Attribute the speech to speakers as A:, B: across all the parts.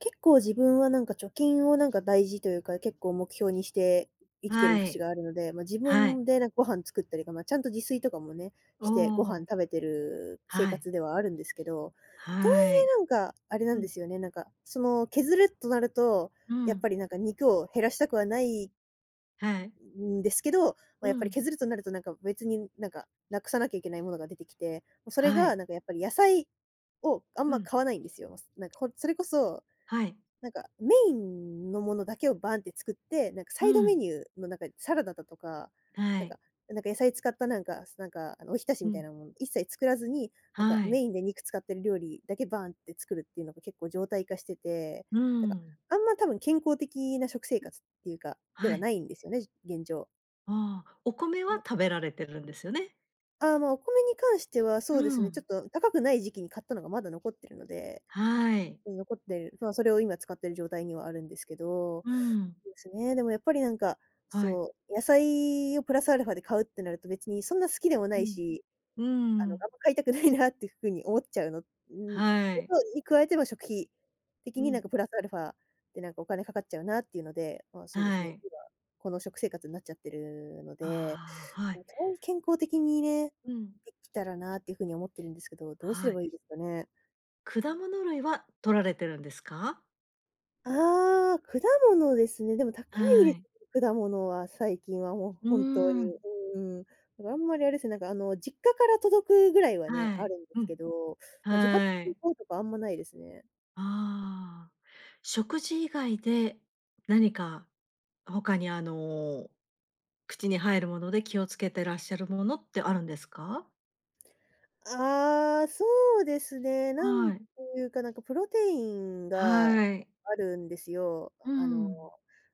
A: 結構自分はなんか貯金をなんか大事というか、結構目標にして生きてる
B: は
A: 節
B: い。
A: があるので、まあ、自
B: はい。
A: 分でなんかご飯作ったりが、まあ、ちゃんと自炊とかもね、
B: お
A: してご飯食
B: お。
A: べてる生
B: はい。
A: 活ではあるんですけど、とはい
B: はい。
A: えなんか、あれなん
B: う
A: で
B: ん。
A: すよね、なんか、その削るとなると、
B: う
A: やっ
B: ん。
A: ぱりなんか肉を減らしたくはない
B: はい。
A: んですけど、まあ、
B: う
A: やっぱり
B: ん。
A: 削るとなるとなんか別になんか、なくさなきゃいけないものが出てきて、それ
B: はい。
A: がなんかやっぱり野菜をあん
B: う
A: ま
B: ん。
A: 買わないんですよ。なんかほんそれこそ
B: はい。
A: なんか、メインのものだけをバンって作って、なんかサ
B: う
A: イドメ
B: ん。
A: ニューの中にサラダだとか、
B: は
A: なん
B: い。
A: か野菜使ったなんかあのお浸し
B: う
A: みたい
B: ん。
A: なもの一切作らずに、なんか
B: は
A: メ
B: い。
A: インで肉使ってる料理だけバーンって作るっていうのが結構常態化してて、
B: う
A: なんか、
B: ん。
A: あんま多分健康的な食生活っていうか、で
B: は
A: は
B: い。
A: ないんですよね、現状。
B: ああ、お米は
A: も
B: 食べられてるんですよね？
A: ああ、まあ、お米に関してはそ
B: う
A: うですね、ちょ
B: ん。
A: っと高くない時期に買ったのがまだ残ってるので、
B: はい。
A: 残ってる、まあ、それを今使ってる状態にはあるんですけど、
B: うん。
A: ですね。でもやっぱりなんか、
B: はい。
A: そう、野菜をプラスアルファで買うってなると別にそんな好きでもな
B: う
A: い
B: ん。
A: し、
B: う
A: あの、あ
B: ん。
A: んま買いたくないなっていうふうに思っちゃうの、うん、
B: は
A: こ
B: い。
A: とに加えて、ま、食費的
B: う
A: になん
B: ん。
A: かプラスアルファでなんかお金かかっちゃうなっていうので、まあ、
B: は
A: そうですね、
B: い。
A: 今、この食生活になっちゃってるので、
B: ああ、は
A: で
B: い。
A: もと健康的にね、
B: うん。
A: できたらなっていう風に思ってるんですけど、どうすれ
B: はい。
A: ばいいですかね？
B: 果物類は摂られてるんですか？
A: ああ、果物ですね。でも高
B: は
A: いです
B: い。
A: ね、果物は最近はもう
B: うー
A: 本当
B: ん。
A: に。うん。だからあんまりあれですね、なんかあの、実家から届くぐらいはね、
B: は
A: あ
B: い。
A: るんで
B: う
A: すけ
B: ん。
A: ど、まあ、自発
B: は
A: 的に
B: い。
A: 買うとかあんまないですね。
B: ああ。食事以外で、何か他に口に入るもので気をつけてらっしゃるものってあるんですか？
A: ああ、そうですね。なん
B: は
A: て
B: い。
A: いうか、なんかプロテインが
B: はい。
A: あるんですよ。
B: う
A: あの、
B: ん。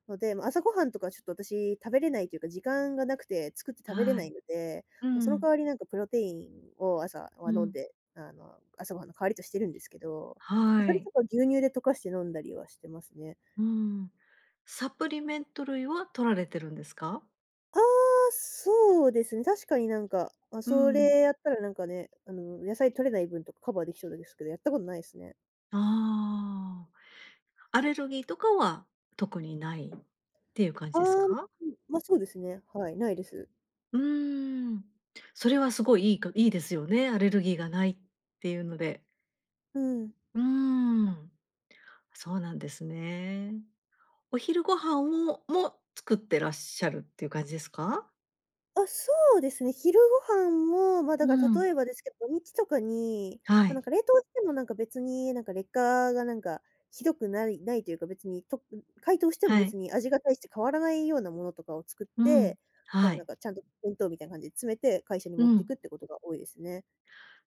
A: ので、ま、朝ごはんとかちょっと私食べれないというか、時間がなくて作って食べれ
B: は
A: な
B: い。
A: いので、
B: う
A: まその代
B: ん。
A: わりなんかプロテインを朝
B: う
A: は飲ん
B: ん。
A: で、あの、朝ごはんの代わりとしてるんですけど、ま
B: は
A: それと
B: い。
A: か牛乳で溶かして飲んだりはしてますね。
B: うん。サプリメント類は取られてるんですか？
A: ああ、そうですね。確かになんか、あ
B: う
A: そ
B: ん。
A: れやったらなんかね、あの、野菜取れない分とかカバーできそうですけど、やったことないですね。
B: ああ。アレルギーとかは特にないっていう感
A: あ
B: じです
A: あ、うん、
B: か？
A: ま、そうですね。はい、ないです。
B: うーん。それはすごいいいかいいですよね、アレルギーがないっていうので。
A: うん。
B: うーん、そうなんですね。お昼ご飯を作ってらっしゃるっていう感じですか？
A: あ、そうですね、昼ご飯も、ま、だ
B: う
A: から
B: ん。
A: 例えばですけど、土日とかに、
B: は
A: ま、なん
B: い、
A: か冷凍してもなんか別になんか劣化がなんかひどくないというか、別に解凍しても
B: は
A: 別
B: い。
A: に味が大して変わらないようなものとかを作っ
B: うん。
A: て、まあ、
B: は
A: なん
B: い。
A: かちゃんと弁当みたいな感じで詰めて会社に
B: う
A: 持って
B: ん。
A: くってことが多いですね。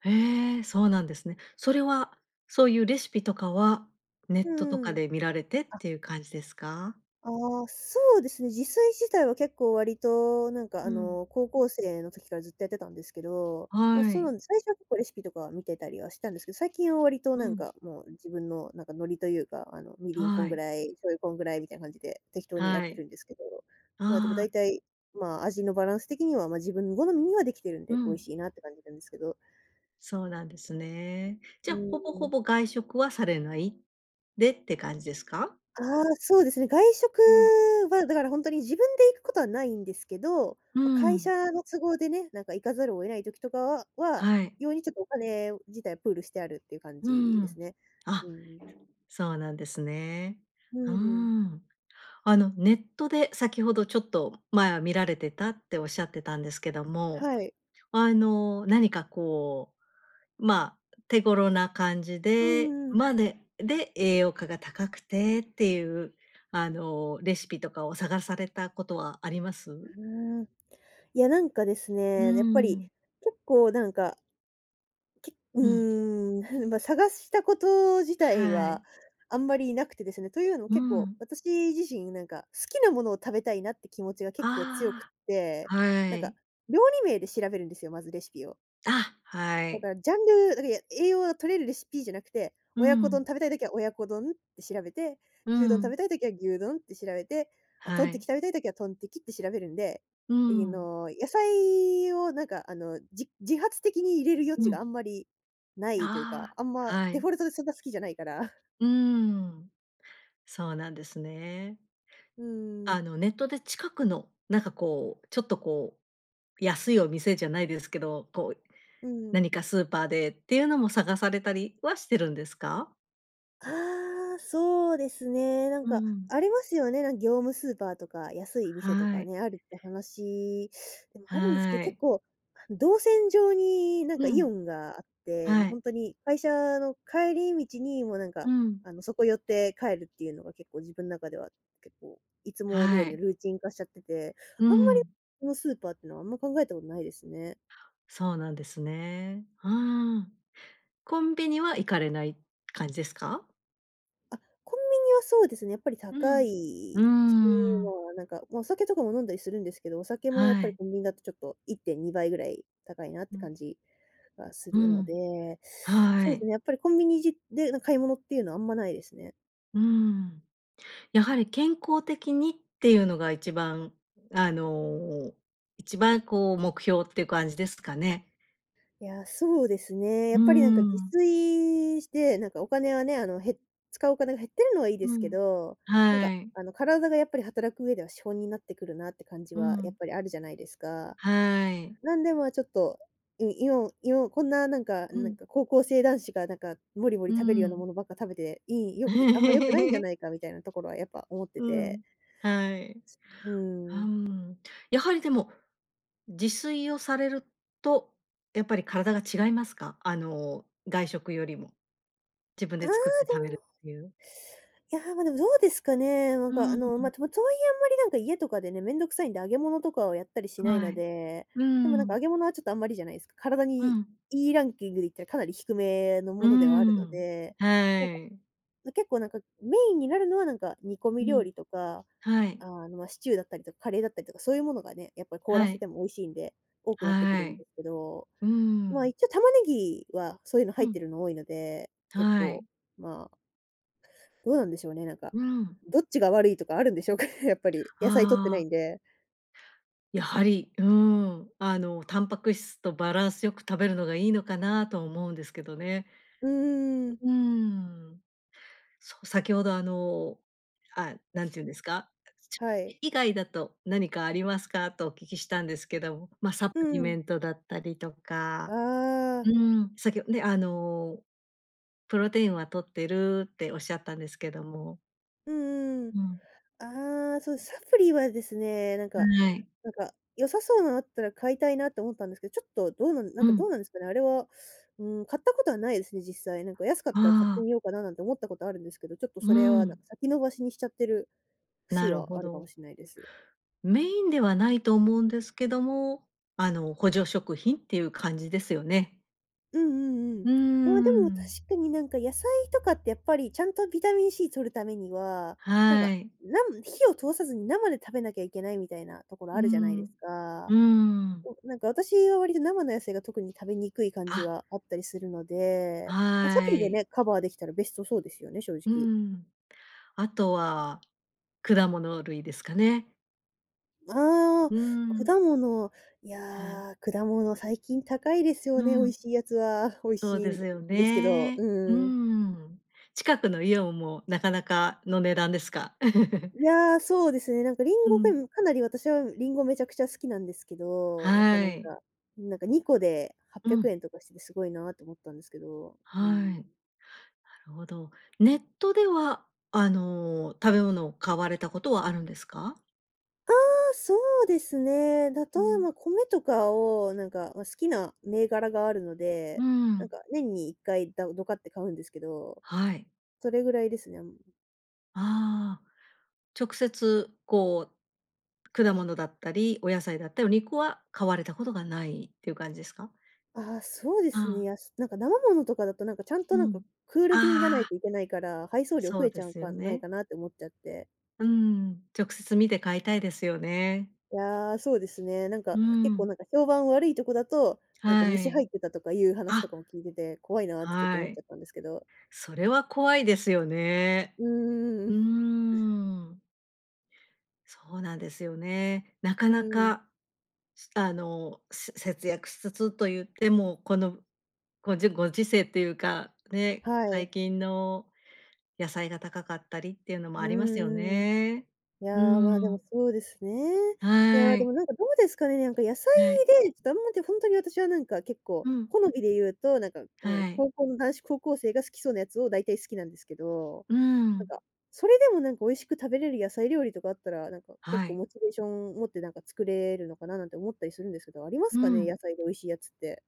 B: へえ、そうなんですね。それは、そういうレシピとかは、ネッ
A: う
B: トとか
A: ん。
B: で見られてっ
A: あ
B: ていう感じですか？
A: ああ、そうですね。自炊自体は結構割と、なんかあ
B: うん。
A: の、高校生の時からずっとやってたんですけど、ま、
B: は
A: そうな
B: い。
A: んです最初は結構レシピとか見てたりはしたんですけど、最近は割と
B: う
A: なん
B: ん。
A: かもう自分のなんかノリというか、あの、みりんこん
B: は
A: ぐ
B: い。
A: らい、醤油こんぐらいみたいな感じで適当にやっ
B: は
A: て
B: い。
A: るんですけど、まあ、でも
B: あ
A: 大
B: あ、
A: 体、まあ、味のバランス的には、ま、自分好みにはできてるん
B: う
A: で、美味
B: ん。
A: しいなって感じなんですけど。
B: そうなんですね。じ
A: う
B: ゃ、ほぼほ
A: ん。
B: ぼ外食はされないでって感じですか？
A: ああ、そうですね。外食
B: うん。
A: は、だから本当に自分で行くことはないんですけど、
B: う
A: ま、会
B: ん。
A: 社の都合でね、なんか行かざるを得ない時とかは、
B: はい。
A: 用にちょっとお金自体プールしてあるっていう感
B: う
A: じです
B: ん。
A: ね。う
B: あ、
A: んうん。
B: そうなんですね。
A: う
B: う
A: ん。
B: ん。あの、ネットで先ほどちょっと前は見られてたっておっしゃってたんですけども、
A: はい。
B: あの、何かこう、まあ、手頃な感じ
A: うんう
B: で
A: んうん。
B: で、栄養価が高くてっていう、あの、レシピとかを探されたことはありま
A: う
B: す？
A: ーん。いや、なんかです
B: う
A: ね、やっぱ
B: ん、
A: り結構なんかき う
B: うん。
A: ーん、まあ、探したこと自体
B: は
A: は
B: い。
A: あんまりなくてですね、というのも
B: う
A: 結構
B: ん。
A: 私自身なんか好きなものを食べたいなって気持ちが結構強くっ
B: あ
A: て、
B: あ。は
A: なんか
B: い。
A: 料理名で調べるんですよ、まずレシピを。
B: あ、は
A: だか
B: い。
A: らジャンル、だから、栄養が取れるレシピじゃなくて、
B: う
A: 親子丼
B: ん、
A: 食べたいときは親子丼って調べて、
B: う
A: 牛丼食
B: ん。
A: べたいときは牛丼って調べて、あ、トン
B: は
A: テキ
B: い。
A: 食べたいときはトンテキって調べるんで、
B: う
A: あ
B: ん、
A: の、野菜をなんかあの、自発的に入れる余
B: う
A: 地があ
B: ん。
A: んまりないというか、
B: あ
A: あんま
B: あ。は
A: デフ
B: い。
A: ォルトでそんな好きじゃないから。
B: うーん。そうなんですね。
A: うーん、
B: あの、ネットで近くの、なんかこう、ちょっとこう、安いお店じゃないですけど、こう、
A: うん。
B: 何かスーパーでっていうのも探されたりはしてるんですか？
A: ああ、そうですね。なん
B: う
A: か、
B: ん。
A: ありますよね。なんか業務スーパーとか、安い店と
B: は
A: か
B: い、
A: ね、あるって話でもあるんですけ
B: は
A: ど、結
B: い。
A: 構、動線上になんか
B: う
A: イオ
B: ん。
A: ンがあって、もう
B: はい。
A: 本当に会社の帰り道に、もうなんか、
B: うん。
A: あの、そこ寄って帰るっていうのが結構自分の中では、結構いつも通
B: は
A: りの
B: い。
A: ルーチン化しちゃってて、
B: う
A: あんまり
B: ん、
A: このスーパーっていうのはあんま考えたことないですね。
B: そうなんですね。うん。コンビニは行かれない感じですか？
A: あ、コンビニはそうですね、やっぱり
B: う
A: 高い
B: ん。うー
A: し、
B: ん、
A: まあ、なんか、まあ、お酒とかも飲んだりするんですけど、お酒もやっ
B: は
A: ぱり
B: い。
A: コンビニだとちょっと1.2倍ぐらい高いなっ
B: う
A: て
B: ん。
A: 感じがす
B: う
A: るの
B: ん、
A: で、
B: は
A: そうです
B: い。
A: ね、やっぱりコンビニじで、なんか買い物っていうのはあんまないですね。
B: うん。やはり健康的にっていうのが一番、あの、一番こう目標っていう感じですか
A: あ、
B: ね。
A: いや、そうですね。
B: う
A: やっぱりなんか
B: ー
A: 自
B: ん。
A: 炊して、なんかお金はね、あの、使うお金が減ってるのはいいで
B: う
A: すけ
B: ん。
A: ど、なん
B: は
A: か、
B: い。
A: あの、体がやっぱり働く上では資本になってくるなって感じ
B: う
A: はやっ
B: ん、
A: ぱりあるじゃないですか。
B: はい。
A: なんで、ま、ちょっと、今こんななんか
B: う
A: なん
B: ん。
A: か高校生男子がなんかもりもり
B: う
A: 食べるような
B: ん。
A: ものばっか食べて、あんま良くないんじゃ ないかみたいなところはやっぱ思って
B: う
A: て。
B: ん。はい。う
A: う
B: ー
A: ーん。
B: ん。やはりでも、自炊をされると、やっぱり体が違いますか？あの、外食よりも。自分
A: あ
B: で
A: あ、
B: 作って食べる
A: で
B: っていう。
A: も、いや、ま、でもどうですかね。なん
B: う
A: かあ
B: ん、
A: の、ま、とはいえあんまりなんか家とかでね、めんどくさいんで揚げ物とかをやったりしない
B: は
A: の
B: い。
A: で、
B: う
A: でもなんか
B: ん、
A: 揚げ物はちょっとあんまりじゃないですか。体
B: う
A: に
B: ん、
A: いいランキングで言ったらかなり低めのも
B: うー
A: のではあるの
B: ん。
A: で、
B: は
A: なんか
B: い。
A: 結構なんか、メインになるのはなんか煮込み
B: う
A: 料
B: ん、
A: 理とか、
B: はい。
A: あの、ま、シチューだったりとか、カレーだったりとか、そういうものがね、やっぱり凍ら
B: は
A: せ
B: い。
A: ても美味しいんで、多くなってくる
B: は
A: ん
B: い。
A: ですけど、
B: うー
A: まあ、
B: ん。
A: 一応玉ねぎはそういうの
B: う
A: 入っ
B: ん、
A: てるの多いので、結
B: は
A: 構、
B: い。
A: まあ、どうなんでしょうね、なんか、
B: うん。
A: どっちが悪いとかあるんでしょうかね、やっぱり。野菜取ってな
B: あ
A: いん
B: あ、
A: で。
B: やはり、うーん、あの、タンパク質とバランスよく食べるのがいいのかなとは思うんですけどね。
A: うーん、
B: うーん。そう、先ほどあの、なんて言うんですか、食
A: はい。
B: 事以外だと何かありますか？とお聞きしたんですけども、まあ、サプ
A: う
B: リメ
A: ん。
B: ントだったりとか、
A: あ
B: う
A: あ、
B: ん、先ほどね、あの、プロテインは取ってるっておっしゃったんですけども、
A: うん。
B: うん、
A: ああ、そう、サプリはですね、なんか
B: はい。
A: なんか、良さそうなのあったら買いたいなって思ったんですけど、ちょっと
B: う
A: ど
B: ん、
A: うなんですかね、あれは。うん、買ったことはないですね、実際。なんか安かったら買って
B: ああ、
A: みようかななんて思ったことあるんですけど、ちょっと
B: う
A: それはなんか
B: ん、
A: 先延ばしにしちゃってる節
B: なる
A: は
B: ほ
A: あるかも
B: ど。
A: しれないです。
B: メインではないと思うんですけども、あの、補助食品っていう感じですよね。
A: うんうんうん。
B: うー
A: まあ、でも確
B: ん、
A: かになんか野菜とかってやっぱりちゃんとビタミン C 取るためには、なん
B: は
A: か、
B: い。
A: 火を通さずに生で食べなきゃいけないみたいなところ
B: う
A: あるじゃないで
B: ん。
A: すか。
B: うん。
A: お、なんか私は割と生の野菜が特に食べにくい感じ
B: あ、
A: はあったりするので、ま、サ
B: は
A: プリで
B: い。
A: ね、カバーできたらベストそうですよね、正
B: う
A: 直。
B: ん。あとは果物類ですかね。
A: あ
B: う
A: あ、
B: ん。
A: 果物、い
B: はい。
A: や、果物最近高いですよ
B: う
A: ね、美味
B: ん、
A: しいやつは。美味
B: そう
A: しい
B: で
A: ん
B: すよ
A: ですけど、
B: ね。う
A: うん。
B: ん。近くのイオンもなかなかの値段ですか？
A: いや、そうですね、なんかリン
B: う
A: ゴが、
B: ん。
A: かなり私はリンゴめちゃくちゃ好きなんですけど、やっぱな
B: は
A: ん
B: い。
A: か2個で
B: う
A: 800
B: ん、
A: 円とかしててすごいなと思ったんですけど、う
B: はい。
A: ん。
B: なるほど。ネットでは、あの、食べ物を買われたことはあるんですか？
A: そうですね。例え
B: うん。
A: ば米とかを、なんか、ま、好きな銘柄があるので、
B: う
A: なん
B: ん。
A: か年に1回だドカって買うんですけど、
B: はい。
A: それぐらいですね。うん。
B: ああ。直接こう、果物だったり、お野菜だったり、お肉は買われたことがないっていう感じですか？
A: ああ、そうで
B: あ
A: すね。
B: あ、
A: なんか生ものとかだと、なんかちゃんと
B: う
A: なん
B: ん。
A: かクール便じゃない
B: ああ、
A: といけないから、配送料
B: そ
A: 増
B: う
A: えち
B: で
A: ゃう
B: すよ
A: かない
B: ね。
A: かなって思っちゃって。
B: うん、直接見て買いたいですよね。
A: いや、そうですね。なんか
B: う
A: 結構
B: ん、
A: なんか評判悪いとこだと、なんか
B: は
A: 虫入
B: い。
A: ってたとかいう話と
B: あ、
A: かも聞いてて、怖いなってちょっと
B: は
A: 思っちゃ
B: い。
A: ったんですけど。
B: それは怖いですよね。
A: うー
B: うー
A: ん。
B: ん、そうなんですよね。なか
A: う
B: な
A: ん。
B: か、あの、節約しつつと言っても、このご時世っていうか、ね、
A: はい。
B: 最近の野菜が高かったりっていうのも
A: うー
B: ありますよ
A: ん。
B: ね。
A: い
B: うー
A: やー、まあ、でも
B: ん、
A: そうですね。いや
B: は
A: ー、で
B: い、
A: もなんかどうですかね、なんか野菜
B: はい。
A: で、ちょっとあんまり本当に私はなんか結構、
B: うん、
A: 好みで言うと、なんか、こ
B: は
A: う、
B: い。
A: 高校の男子高校生が好きそうなやつを大体好きなんですけど、
B: う
A: なん
B: ん、
A: か、それでもなんか美味しく食べれる野菜料理とかあったら、なんか結
B: は
A: 構
B: い。
A: モチベーション持ってなんか作れるのかななんて思ったりするんですけど、あります
B: う
A: かね、
B: ん。
A: 野菜で美味しいやつって。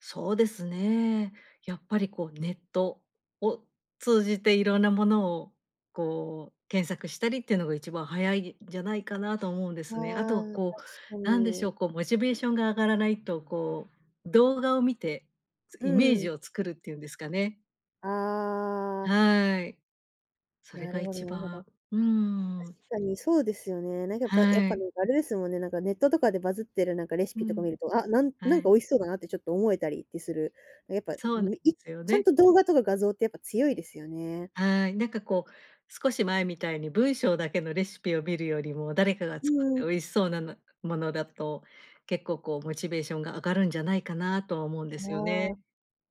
B: そうですね。やっぱりこうネットを通じていろんなものをこう検索したりっていうのが一番早いんじゃないかなと思うんで
A: あ
B: すね。あとは
A: あ、確
B: こう、
A: か
B: なんでしょ
A: に。
B: う、こうモチベーションが上がらないと、こう動画を見て、
A: う
B: イメー
A: ん。
B: ジを作るっていうんですかね。
A: ああ、
B: はい。それ
A: なる
B: が
A: ほど
B: 一
A: なるほど。
B: 番、うん、
A: 確かにそうですよね。なんかやっぱやっ
B: は
A: ぱ
B: い。
A: なんかあれですもんね、なんかネットとかでバズってるなんかレシ
B: う
A: ピとか見
B: ん、
A: ると、あ、
B: は
A: なんか
B: い。
A: 美味しそうだなってちょっと思えたりってする。やっぱ、
B: そうなんですよ
A: ちゃん
B: ね。
A: と動画とか画像ってやっぱ強いですよね。
B: はい、なんかこう、少し前みたいに文章だけのレシピを見るよりも、誰かが
A: う
B: 作って
A: ん。
B: 美味しそうなものだと、結構こうモチベーションが上がるんじゃないかなとは思うんですよ
A: あ
B: ね。
A: あ、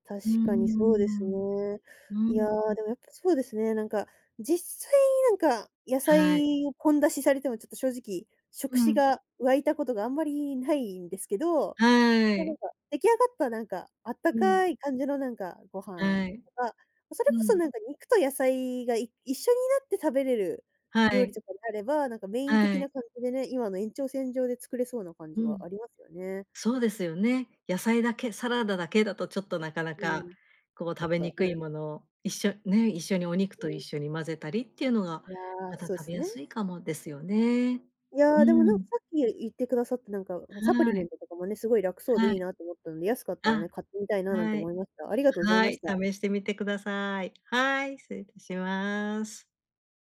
A: 確
B: うー
A: かにそうです
B: ん、
A: ね。
B: う
A: いや
B: ん。
A: ー、でもやっぱそうですね、なんか、実際になんか野
B: はい。
A: 菜を混出しされてもちょっと正直、
B: う
A: 食事
B: ん。
A: が湧いたことがあんまりないんですけど、
B: は
A: ま、なん
B: い。
A: か、出来上がったなんか、あった
B: うん。
A: かい感じのなんかご飯
B: はい。
A: とか、それ
B: う
A: こそ
B: ん。
A: なんか肉と野菜が一緒になって食べれる
B: は
A: 料理
B: い、
A: とかであれば、なんかメイン
B: は
A: 的な
B: い。
A: 感じでね、今の延長線上で作れそうな感
B: う
A: じは
B: ん。
A: ありますよね。
B: そうですよね。野菜だけ、サラダだけだとちょっとなかな
A: う
B: か、
A: ん。
B: こう
A: ちょ
B: 食
A: っ
B: べ
A: と、
B: にく
A: う
B: い
A: ん
B: ものを、一緒にお肉
A: う
B: と一
A: ん。
B: 緒に混ぜたりっていうのが、
A: いや、
B: また
A: そうで
B: 食べ
A: す
B: や
A: ね。
B: すいかもですよね。
A: い
B: う
A: や、でもなんか
B: ん、
A: さっき言ってくださってなんか、サプリ
B: は
A: メン
B: い、
A: トとかもね、すごい楽そうで
B: は
A: いい
B: い、
A: なと思ったので、安かったらね、
B: あ、
A: 買ってみたいななんて
B: はい、
A: 思いました。ありがとうござい
B: は
A: まし
B: い、
A: た。
B: 試してみてください。はい、失礼いたします。